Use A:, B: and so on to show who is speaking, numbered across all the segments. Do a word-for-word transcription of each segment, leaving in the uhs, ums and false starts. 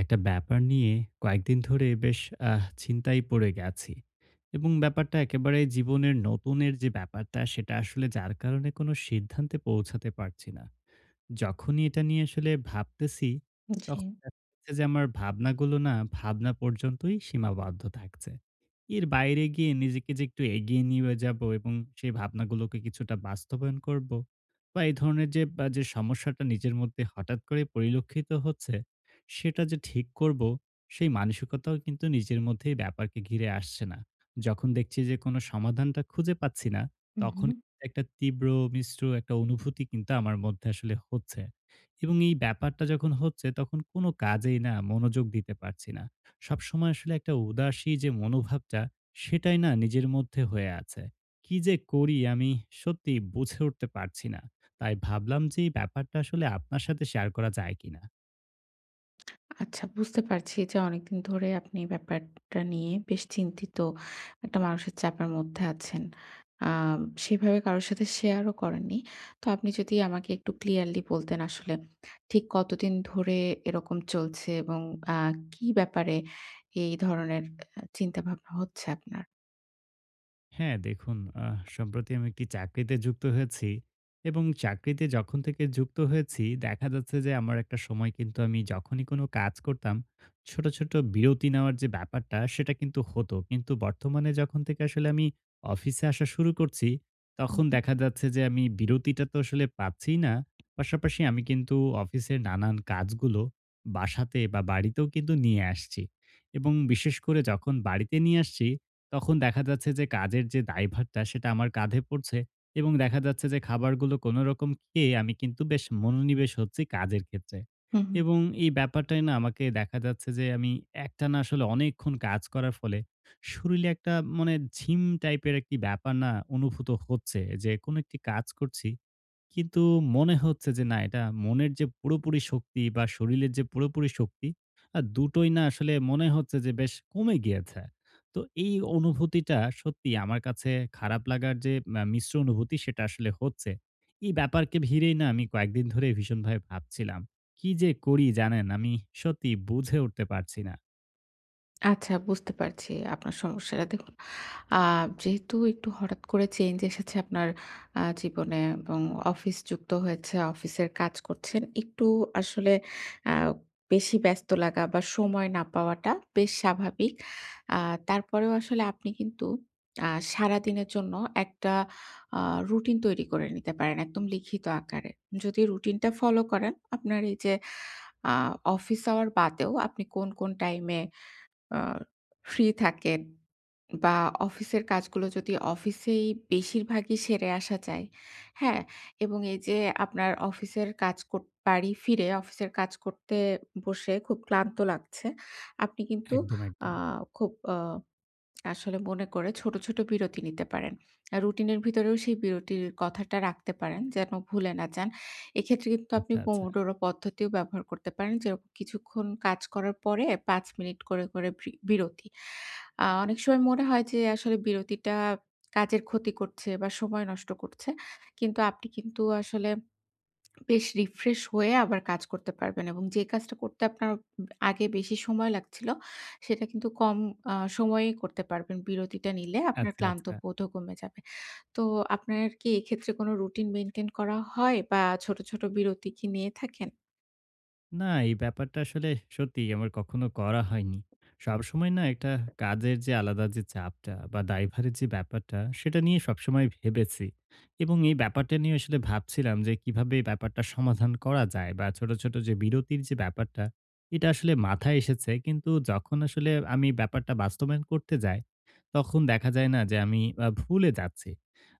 A: একটা ব্যাপার নিয়ে কয়েকদিন ধরে বেশ আহ, চিন্তায় পড়ে গেছি। এবং ব্যাপারটা একেবারে জীবনের নতুনের যে ব্যাপারটা সেটা আসলে যার কারণে কোনো সিদ্ধান্তে পৌঁছাতে পারছি না। যখনই এটা নিয়ে আসলে ভাবতেছি,
B: জি।
A: তখন দেখা যাচ্ছে যে আমার ভাবনাগুলো না ভাবনা পর্যন্তই সীমাবদ্ধ থাকছে। এর বাইরে গিয়ে নিজেকে যে একটু এগিয়ে নিয়ে যাব এবং সেই ভাবনাগুলোকে কিছুটা বাস্তবায়ন করব, বা এই ধরনের যে বা যে সমস্যাটা নিজের মধ্যে হঠাৎ করে পরিলক্ষিত হচ্ছে সেটা যে ঠিক করব, সেই মানসিকতাও কিন্তু নিজের মধ্যে এই ব্যাপারকে ঘিরে আসছে না। যখন দেখছি যে কোনো সমাধানটা খুঁজে পাচ্ছি না,
B: হুম, হুম।
A: তখন একটা তীব্র মিশ্র একটা অনুভূতি কিন্তু আমার মধ্যে আসলে হচ্ছে। এবং এই ব্যাপারটা যখন হচ্ছে, তখন কোনো কাজেই না মনোযোগ দিতে পারছি না। সবসময় আসলে একটা উদাসী যে মনোভাবটা, সেটাই না নিজের মধ্যে হয়ে আছে। কি যে করি আমি সত্যিই বুঝে উঠতে পারছি না। তাই ভাবলাম যে এই ব্যাপারটা আসলে আপনার সাথে শেয়ার করা যায় কিনা?
B: আচ্ছা, বুঝতে পারছি যে অনেকদিন ধরে আপনি এই ব্যাপারটা নিয়ে বেশ চিন্তিত, একটা মানসিক চাপের মধ্যে আছেন। আম সেভাবে কারো সাথে শেয়ারও করেননি। তো আপনি যদি আমাকে একটু ক্লিয়ারলি বলতেন আসলে ঠিক কতদিন ধরে এরকম চলছে এবং আ কি ব্যাপারে এই ধরনের আ চিন্তাভাবনা হচ্ছে আপনার?
A: হ্যাঁ, দেখুন, আহ সম্প্রতি আমি একটি চাকরিতে যুক্ত হয়েছি। এবং চাকরিতে যখন থেকে যুক্ত হয়েছি, দেখা যাচ্ছে যে আমার একটা সময় কিন্তু আমি যখনই কোনো কাজ করতাম, ছোট, ছোট বিরতি নেওয়ার যে ব্যাপারটা সেটা কিন্তু হতো। কিন্তু বর্তমানে যখন থেকে আসলে আমি অফিসে আসা শুরু করছি, তখন
B: হুম।
A: দেখা যাচ্ছে যে আমি বিরতিটা তো আসলে পাচ্ছিই না। পাশাপাশি আমি কিন্তু অফিসের নানান কাজগুলো বাসাতে বা বাড়িতেও কিন্তু নিয়ে আসছি, এবং বিশেষ করে যখন বাড়িতে নিয়ে আসছি তখন দেখা যাচ্ছে যে কাজের যে দায়ভারটা সেটা আমার কাঁধে পড়ছে। এবং দেখা যাচ্ছে যে খাবারগুলো কোনো রকম খেয়ে আমি কিন্তু বেশ মনোনিবেশ হচ্ছি কাজের ক্ষেত্রে।
B: হুম, হুম।
A: এবং এই ব্যাপারটাই না আমাকে দেখা যাচ্ছে যে আমি একটানা আসলে অনেকক্ষণ কাজ করার ফলে শরীরে একটা মানে ঝিম টাইপের একটি ব্যাপার না অনুভূত হচ্ছে, যে কোনো একটি কাজ করছি, কিন্তু মনে হচ্ছে যে না এটা মনের যে পুরোপুরি শক্তি বা শরীরের যে পুরোপুরি শক্তি, আ দুটোই না আসলে মনে হচ্ছে যে বেশ কমে গিয়েছে। তো এই অনুভূতিটা সত্যি আমার কাছে খারাপ লাগার যে আ মিশ্র অনুভূতি, সেটা আসলে হচ্ছে। এই ব্যাপারকে ঘিরেই না আমি কয়েকদিন ধরে ভীষণভাবে ভাবছিলাম। কি যে করি জানেন, আমি সত্যি বুঝে উঠতে পারছি না।
B: আচ্ছা, বুঝতে পারছি আপনার সমস্যাটা। দেখুন, আ যেহেতু একটু হঠাৎ করে চেঞ্জ এসেছে আপনার আ জীবনে এবং অফিস যুক্ত হয়েছে, অফিসের কাজ করছেন। একটু আসলে আ বেশি ব্যস্ত লাগা বা সময় না পাওয়াটা বেশ স্বাভাবিক। আ তারপরেও আসলে আপনি কিন্তু আ সারাদিনের জন্য একটা আ রুটিন তৈরি করে নিতে পারেন একদম লিখিত আকারে। যদি রুটিনটা ফলো করেন আপনার এই যে আ অফিস আওয়ার বাদেও আপনি কোন, কোন টাইমে আ ফ্রি থাকেন বা অফিসের কাজগুলো যদি অফিসেই বেশিরভাগই সেরে আসা যায়, হ্যাঁ? এবং এই যে আপনার অফিসের কাজ কর বাড়ি ফিরে অফিসের কাজ করতে বসে খুব ক্লান্ত লাগছে। আপনি কিন্তু
A: একদম,
B: আ
A: একদম।
B: খুব আ আসলে মনে করে ছোট, ছোট বিরতি নিতে পারেন। আ রুটিনের ভিতরেও সেই বিরতির কথাটা রাখতে পারেন যেন ভুলে না যান। এক্ষেত্রে কিন্তু আপনি
A: আচ্ছা, আচ্ছা।
B: Pomodoro পদ্ধতিও ব্যবহার করতে পারেন। যেরকম কিছুক্ষণ কাজ করার পরে পাঁচ মিনিট করে, করে ব্রি বিরতি। আ অনেক সময় মনে হয় যে আসলে বিরতিটা কাজের ক্ষতি করছে বা সময় নষ্ট করছে। কিন্তু আপনি কিন্তু আসলে বেশ রিফ্রেশ হয়ে আবার কাজ করতে পারবেন এবং যে কাজটা করতে আপনার আগে বেশি সময় লাগছিল, সেটা কিন্তু কম আ সময়েই করতে পারবেন। বিরতিটা নিলে আপনার
A: আচ্ছা,
B: ক্লান্ত
A: আচ্ছা।
B: বোধও কমে যাবে। তো আপনার কি এক্ষেত্রে কোনো রুটিন মেইনটেইন করা হয় বা ছোট, ছোট বিরতি কি নিয়ে থাকেন?
A: না, এই ব্যাপারটা আসলে সত্যিই আমার কখনো করা হয়নি। সবসময় না একটা কাজের যে আলাদা যে চাপটা বা দায়ভারের যে ব্যাপারটা, সেটা নিয়ে সবসময় ভেবেছি। এবং এই ব্যাপারটা নিয়ে আসলে ভাবছিলাম যে, কিভাবে এই ব্যাপারটা সমাধান করা যায় বা ছোট, ছোট যে বিরতির যে ব্যাপারটা, এটা আসলে মাথায় এসেছে। কিন্তু যখন আসলে আমি ব্যাপারটা বাস্তবায়ন করতে যাই, তখন দেখা যায় না যে আমি আ ভুলে যাচ্ছি।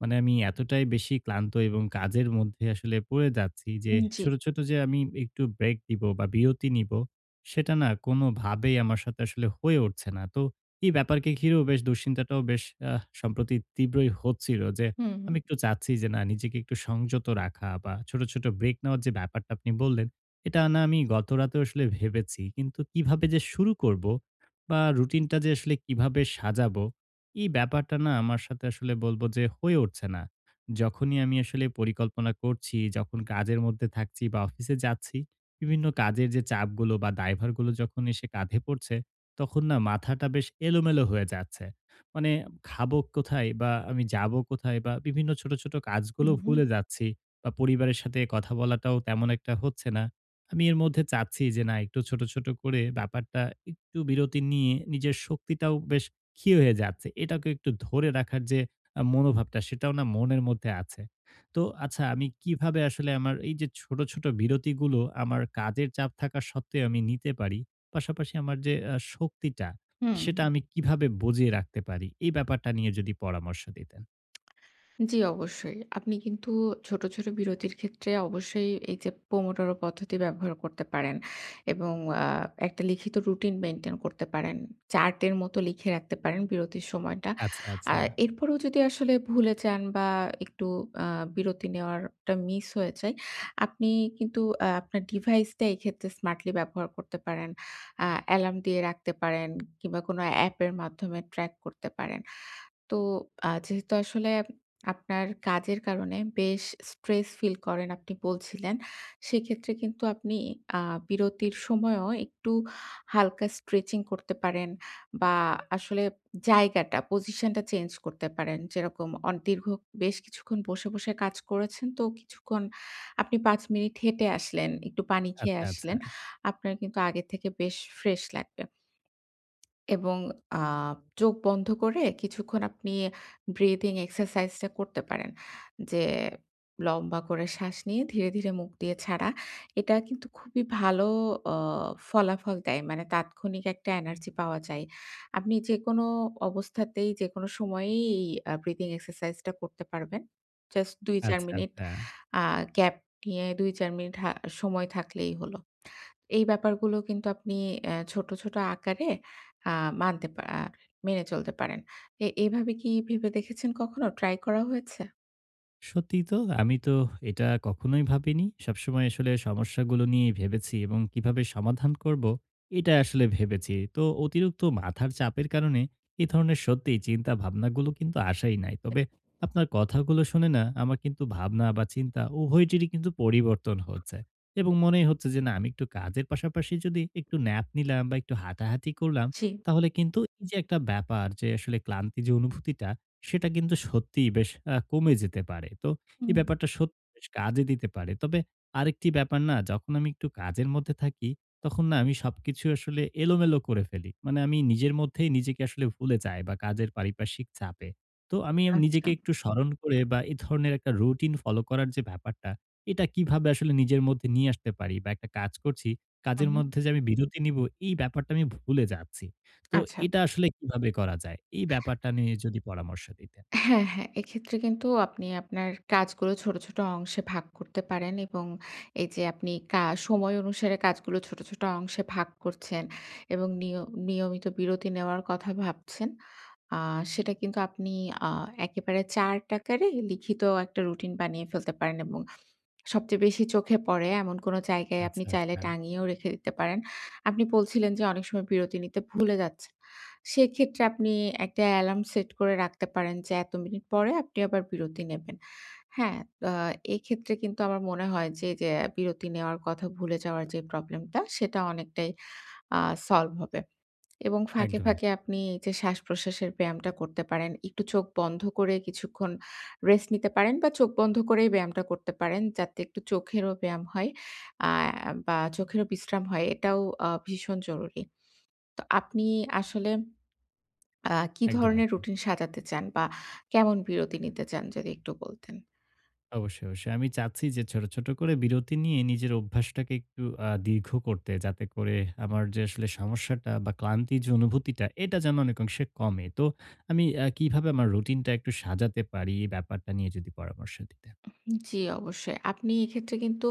A: মানে আমি এতটাই বেশি ক্লান্ত এবং কাজের মধ্যে আসলে পড়ে যাচ্ছি যে
B: উম জি।
A: ছোট, ছোট যে আমি একটু ব্রেক নিবো বা বিরতি নিবো, সেটা না কোনোভাবেই আমার সাথে আসলে হয়ে উঠছে না। তো এই ব্যাপারকে ঘিরেও বেশ দুশ্চিন্তাটাও বেশ আহ সম্প্রতি তীব্রই হচ্ছিল। যে
B: হুম, হুম।
A: আমি একটু চাচ্ছি যে না নিজেকে একটু সংযত রাখা বা ছোট, ছোট ব্রেক নেওয়ার যে ব্যাপারটা আপনি বললেন, এটা না আমি গতরাতেও আসলে ভেবেছি। কিন্তু কিভাবে যে শুরু করব বা রুটিনটা যে আসলে কিভাবে সাজাবো, এই ব্যাপারটা না আমার সাথে আসলে বলবো যে হয়ে উঠছে না। যখনই আমি আসলে পরিকল্পনা করছি, যখন কাজের মধ্যে থাকছি বা অফিসে যাচ্ছি, বিভিন্ন কাজের যে চাপগুলো বা দায়ভারগুলো যখন এসে কাঁধে পড়ছে, তখন না মাথাটা বেশ এলোমেলো হয়ে যাচ্ছে। মানে খাবো কোথায় বা আমি যাবো কোথায় বা বিভিন্ন ছোট, ছোট কাজগুলো
B: হুম, হুম।
A: ভুলে যাচ্ছি, বা পরিবারের সাথে কথা বলাটাও তেমন একটা হচ্ছে না। আমি এর মধ্যে চাচ্ছি যে না একটু ছোট, ছোট করে ব্যাপারটা একটু বিরতি নিয়ে, নিজের শক্তিটাও বেশ ক্ষীয় হয়ে যাচ্ছে। এটাকে একটু ধরে রাখার যে আ মনোভাবটা, সেটাও না মনের মধ্যে আছে। তো আচ্ছা, আমি কিভাবে আসলে আমার এই যে ছোট, ছোট বিরতিগুলো আমার কাজের চাপ থাকা সত্ত্বেও আমি নিতে পারি? পাশাপাশি আমার যে আ শক্তিটা,
B: হুম,
A: সেটা
B: হুম।
A: আমি কিভাবে বজিয়ে রাখতে পারি? এই ব্যাপারটা নিয়ে যদি পরামর্শ দিতেন।
B: জি, অবশ্যই। আপনি কিন্তু ছোট, ছোট বিরতির ক্ষেত্রে অবশ্যই এই যে পোমোডোরো পদ্ধতি ব্যবহার করতে পারেন এবং আ একটা লিখিত রুটিন মেইনটেইন করতে পারেন। চার্টের মতো লিখে রাখতে পারেন বিরতির সময়টা।
A: আচ্ছা,
B: আ
A: আচ্ছা।
B: এরপরেও যদি আসলে ভুলে যান বা একটু আ বিরতি নেওয়ারটা মিস হয়ে যায়, আপনি কিন্তু আ আপনার ডিভাইসটা এক্ষেত্রে স্মার্টলি ব্যবহার করতে পারেন। আ অ্যালার্ম দিয়ে রাখতে পারেন কিংবা কোনো অ্যাপের মাধ্যমে ট্র্যাক করতে পারেন। তো আ যেহেতু আসলে আপনার কাজের কারণে বেশ স্ট্রেস ফিল করেন আপনি বলছিলেন। সেক্ষেত্রে কিন্তু আপনি আ বিরতির সময়ও একটু হালকা স্ট্রেচিং করতে পারেন বা আসলে জায়গাটা, পজিশনটা চেঞ্জ করতে পারেন। যেরকম অন দীর্ঘ বেশ কিছুক্ষণ বসে, বসে কাজ করেছেন তো কিছুক্ষণ আপনি পাঁচ মিনিট হেঁটে আসলেন, একটু পানি খেয়ে
A: আচ্ছা, আচ্ছা।
B: আসলেন। আপনার কিন্তু আগে থেকে বেশ ফ্রেশ লাগবে। এবং আ চোখ বন্ধ করে কিছুক্ষণ আপনি ব্রিথিং এক্সারসাইজ টা করতে পারেন। যে লম্বা করে শ্বাস নিয়ে ধীরে, ধীরে মুখ দিয়ে ছাড়া। এটা কিন্তু খুবই ভালো অ ফলাফল দেয়। মানে তাৎক্ষণিক একটা এনার্জি পাওয়া যায়। আপনি যেকোনো অবস্থাতেই যেকোনো সময়েই এই আ ব্রিথিং এক্সারসাইজ টা করতে পারবেন। জাস্ট দুই থেকে চার
A: আচ্ছা,
B: মিনিট
A: আচ্ছা।
B: আ গ্যাপ নিয়ে দুই থেকে চার মিনিট হা সময় থাকলেই হলো। এই ব্যাপারগুলো কিন্তু আপনি অ্যা ছোট, ছোট আকারে আ মানতে পা আ মেনে চলতে পারেন। এ এভাবে কি ভেবে দেখেছেন কখনো? ট্রাই করা হয়েছে?
A: সত্যিই তো। আমি তো এটা কখনোই ভাবিনি। সবসময় আসলে সমস্যাগুলো নিয়েই ভেবেছি এবং কিভাবে সমাধান করব, এটা আসলে ভেবেছি। তো অতিরিক্ত মাথার চাপের কারণে এ ধরনের সত্যিই চিন্তা ভাবনাগুলো কিন্তু আসাই নাই। তবে আপনার কথাগুলো শুনে না আমার কিন্তু ভাবনা বা চিন্তা উভয়টিরই কিন্তু পরিবর্তন হচ্ছে। এবং মনেই হচ্ছে যে না আমি একটু কাজের পাশাপাশি যদি একটু ন্যাপ নিলাম বা একটু হাঁটাহাঁটি করলাম,
B: জি।
A: তাহলে কিন্তু এই যে একটা ব্যাপার, যে আসলে ক্লান্তি যে অনুভূতিটা, সেটা কিন্তু সত্যিই বেশ আ কমে যেতে পারে। তো এই
B: হুম,
A: ব্যাপারটা সত্যি বেশ কাজে দিতে পারে। তবে আরেকটি ব্যাপার, না যখন আমি একটু কাজের মধ্যে থাকি, তখন না আমি সবকিছু আসলে এলোমেলো করে ফেলি। মানে আমি নিজের মধ্যেই নিজেকে আসলে ভুলে যাই, বা কাজের পারিপার্শ্বিক চাপে। তো আমি আম
B: আচ্ছা।
A: নিজেকে একটু স্মরণ করে বা এ ধরনের একটা রুটিন ফলো করার যে ব্যাপারটা, এটা কিভাবে আসলে নিজের মধ্যে নিয়ে আসতে পারি? বা একটা কাজ করছি,
B: হু,
A: কাজের
B: হু।
A: মধ্যে যে আমি বিরতি নিব, এই ব্যাপারটা আমি ভুলে যাচ্ছি। তো
B: আচ্ছা।
A: এটা আসলে কিভাবে করা যায়? এই ব্যাপারটা নিয়ে যদি পরামর্শ দিতেন।
B: হ্যাঁ, হ্যাঁ। এক্ষেত্রে কিন্তু আপনি আপনার কাজগুলো ছোট, ছোট অংশে ভাগ করতে পারেন এবং এই যে আপনি কা সময় অনুসারে কাজগুলো ছোট, ছোট অংশে ভাগ করছেন এবং নিয় নিয়মিত বিরতি নেওয়ার কথা ভাবছেন। আ সেটা কিন্তু আপনি আ একেবারে চার্ট আকারে লিখিত একটা রুটিন বানিয়ে ফেলতে পারেন এবং সবচেয়ে বেশি চোখে পড়ে এমন কোনো জায়গায় আপনি
A: আচ্ছা,
B: চাইলে
A: আচ্ছা।
B: টাঙিয়েও রেখে দিতে পারেন। আপনি বলছিলেন যে অনেক সময় বিরতি নিতে ভুলে যাচ্ছেন। সেক্ষেত্রে আপনি একটা অ্যালার্ম সেট করে রাখতে পারেন যে এত মিনিট পরে আপনি আবার বিরতি নেবেন। হ্যাঁ, আ এক্ষেত্রে কিন্তু আমার মনে হয় যে, যে বিরতি নেওয়ার কথা ভুলে যাওয়ার যে প্রবলেমটা সেটা অনেকটাই আ সলভ হবে। এবং ফাঁকে,
A: একদম, একদম,
B: ফাঁকে আপনি এই যে শ্বাসপ্রশ্বাসের ব্যায়ামটা করতে পারেন। একটু চোখ বন্ধ করে কিছুক্ষণ রেস্ট নিতে পারেন বা চোখ বন্ধ করেই ব্যায়ামটা করতে পারেন যাতে একটু চোখেরও ব্যায়াম হয় আ বা চোখেরও বিশ্রাম হয়। এটাও আ ভীষণ জরুরি। তো আপনি আসলে আ কি
A: একদম,
B: ধরনের
A: একদম।
B: রুটিন সাজাতে চান বা কেমন বিরতি নিতে চান যদি একটু বলতেন?
A: অবশ্যই, অবশ্যই। আমি চাচ্ছি যে ছোট, ছোট করে বিরতি নিয়ে নিজের অভ্যাসটাকে একটু আ দীর্ঘ করতে, যাতে করে আমার যে আসলে সমস্যাটা বা ক্লান্তির যে অনুভূতিটা, এটা যেন অনেকাংশে কমে। তো আমি আ কিভাবে আমার রুটিনটা একটু সাজাতে পারি, এই ব্যাপারটা নিয়ে যদি পরামর্শ দিতেন।
B: জি, অবশ্যই। আপনি এক্ষেত্রে কিন্তু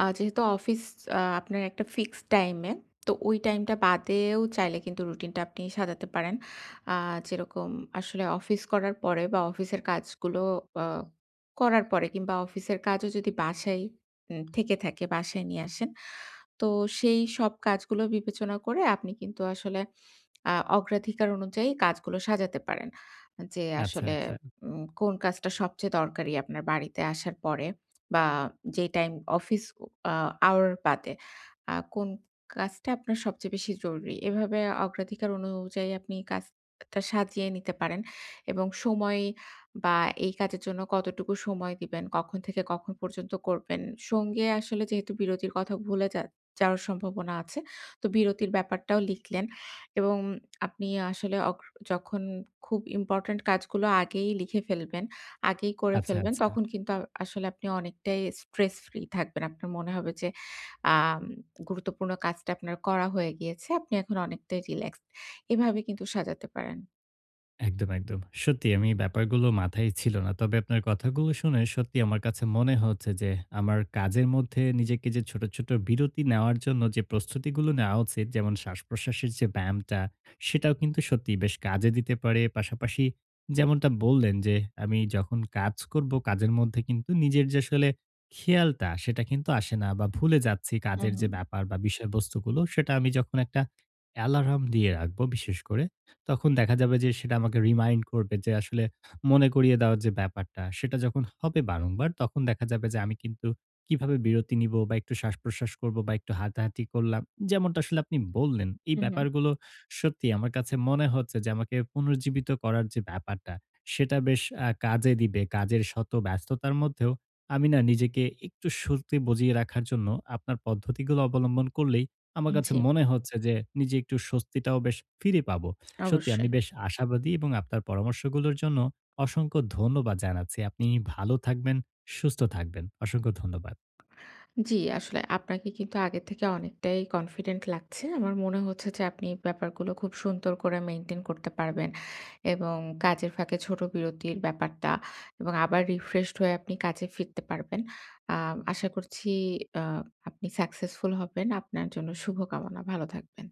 B: আ যেহেতু অফিস আ আপনার একটা ফিক্সড টাইমে, তো ওই টাইমটা বাদেও চাইলে কিন্তু রুটিনটা আপনি সাজাতে পারেন। আ যেরকম আসলে অফিস করার পরে বা অফিসের কাজগুলো আ করার পরে কিংবা অফিসের কাজও যদি বাসায় উম থেকে থাকে, বাসায় নিয়ে আসেন। তো সেই সব কাজগুলো বিবেচনা করে আপনি কিন্তু আসলে আ অগ্রাধিকার অনুযায়ী কাজগুলো সাজাতে পারেন। যে
A: আচ্ছা,
B: আসলে
A: আচ্ছা,
B: উম কোন কাজটা সবচেয়ে দরকারি আপনার বাড়িতে আসার পরে বা যে টাইম অফিস আ আওয়ার বাদে আ কোন কাজটা আপনার সবচেয়ে বেশি জরুরি। এভাবে অগ্রাধিকার অনুযায়ী আপনি কাজটা সাজিয়ে নিতে পারেন এবং সময় বা এই কাজের জন্য কতটুকু সময় দিবেন, কখন থেকে কখন পর্যন্ত করবেন। সঙ্গে আসলে যেহেতু বিরতির কথা ভুলে যা যাওয়ার সম্ভাবনা আছে, তো বিরতির ব্যাপারটাও লিখলেন। এবং আপনি আসলে অগ যখন খুব ইম্পোর্টেন্ট কাজগুলো আগেই লিখে ফেলবেন, আগেই করে
A: আচ্ছা,
B: ফেলবেন,
A: আচ্ছা।
B: তখন কিন্তু আ আসলে আপনি অনেকটাই স্ট্রেস ফ্রি থাকবেন। আপনার মনে হবে যে আম গুরুত্বপূর্ণ কাজটা আপনার করা হয়ে গিয়েছে। আপনি এখন অনেকটাই রিল্যাক্সড। এভাবে কিন্তু সাজাতে পারেন।
A: একদম, একদম। সত্যি আমি এই ব্যাপারগুলো মাথায় ছিল না। তবে আপনার কথাগুলো শুনে সত্যি আমার কাছে মনে হচ্ছে যে, আমার কাজের মধ্যে নিজেকে যে ছোট, ছোট বিরতি নেওয়ার জন্য যে প্রস্তুতিগুলো নেওয়া উচিত, যেমন শ্বাসপ্রশ্বাসের যে ব্যায়ামটা, সেটাও কিন্তু সত্যিই বেশ কাজে দিতে পারে। পাশাপাশি যেমনটা বললেন যে, আমি যখন কাজ করব, কাজের মধ্যে কিন্তু নিজের যে আসলে খেয়ালটা, সেটা কিন্তু আসে না, বা ভুলে যাচ্ছি
B: হুম,
A: কাজের যে
B: হুম।
A: ব্যাপার বা বিষয়বস্তুগুলো, সেটা আমি যখন একটা অ্যালার্ম দিয়ে রাখবো বিশেষ করে, তখন দেখা যাবে যে সেটা আমাকে রিমাইন্ড করবে। যে আসলে মনে করিয়ে দেওয়ার যে ব্যাপারটা, সেটা যখন হবে বারংবার, তখন দেখা যাবে যে আমি কিন্তু কিভাবে বিরতি নিব বা একটু শ্বাসপ্রশ্বাস করব বা একটু হাঁটাহাঁটি করলাম। যেমনটা আসলে আপনি বললেন, এই
B: হুম, হুম।
A: ব্যাপারগুলো সত্যি আমার কাছে মনে হচ্ছে যে, আমাকে পুনর্জীবিত করার যে ব্যাপারটা, সেটা বেশ আ কাজে দিবে। কাজের শত ব্যস্ততার মধ্যেও আমি না নিজেকে একটু স্বস্তি বজিয়ে রাখার জন্য আপনার পদ্ধতিগুলো অবলম্বন করলেই আমার কাছে
B: জি,
A: মনে হচ্ছে যে, নিজে একটু স্বস্তিটাও বেশ ফিরে পাবো। সত্যি আমি
B: অবশ্যই।
A: বেশ আশাবাদী, এবং আপনার পরামর্শগুলোর জন্য অসংখ্য ধন্যবাদ জানাচ্ছি। আপনি ভালো থাকবেন, সুস্থ থাকবেন। অসংখ্য ধন্যবাদ।
B: জি, আসলে আপনাকে কিন্তু আগের থেকে অনেকটাই কনফিডেন্ট লাগছে। আমার মনে হচ্ছে যে আপনি ব্যাপারগুলো খুব সুন্দর করে মেইনটেইন করতে পারবেন এবং কাজের ফাঁকে ছোট বিরতির ব্যাপারটা এবং আবার রিফ্রেশড হয়ে আপনি কাজে ফিরতে পারবেন। আ আশা করছি আ আপনি সাকসেসফুল হবেন। আপনার জন্য শুভকামনা। ভালো থাকবেন।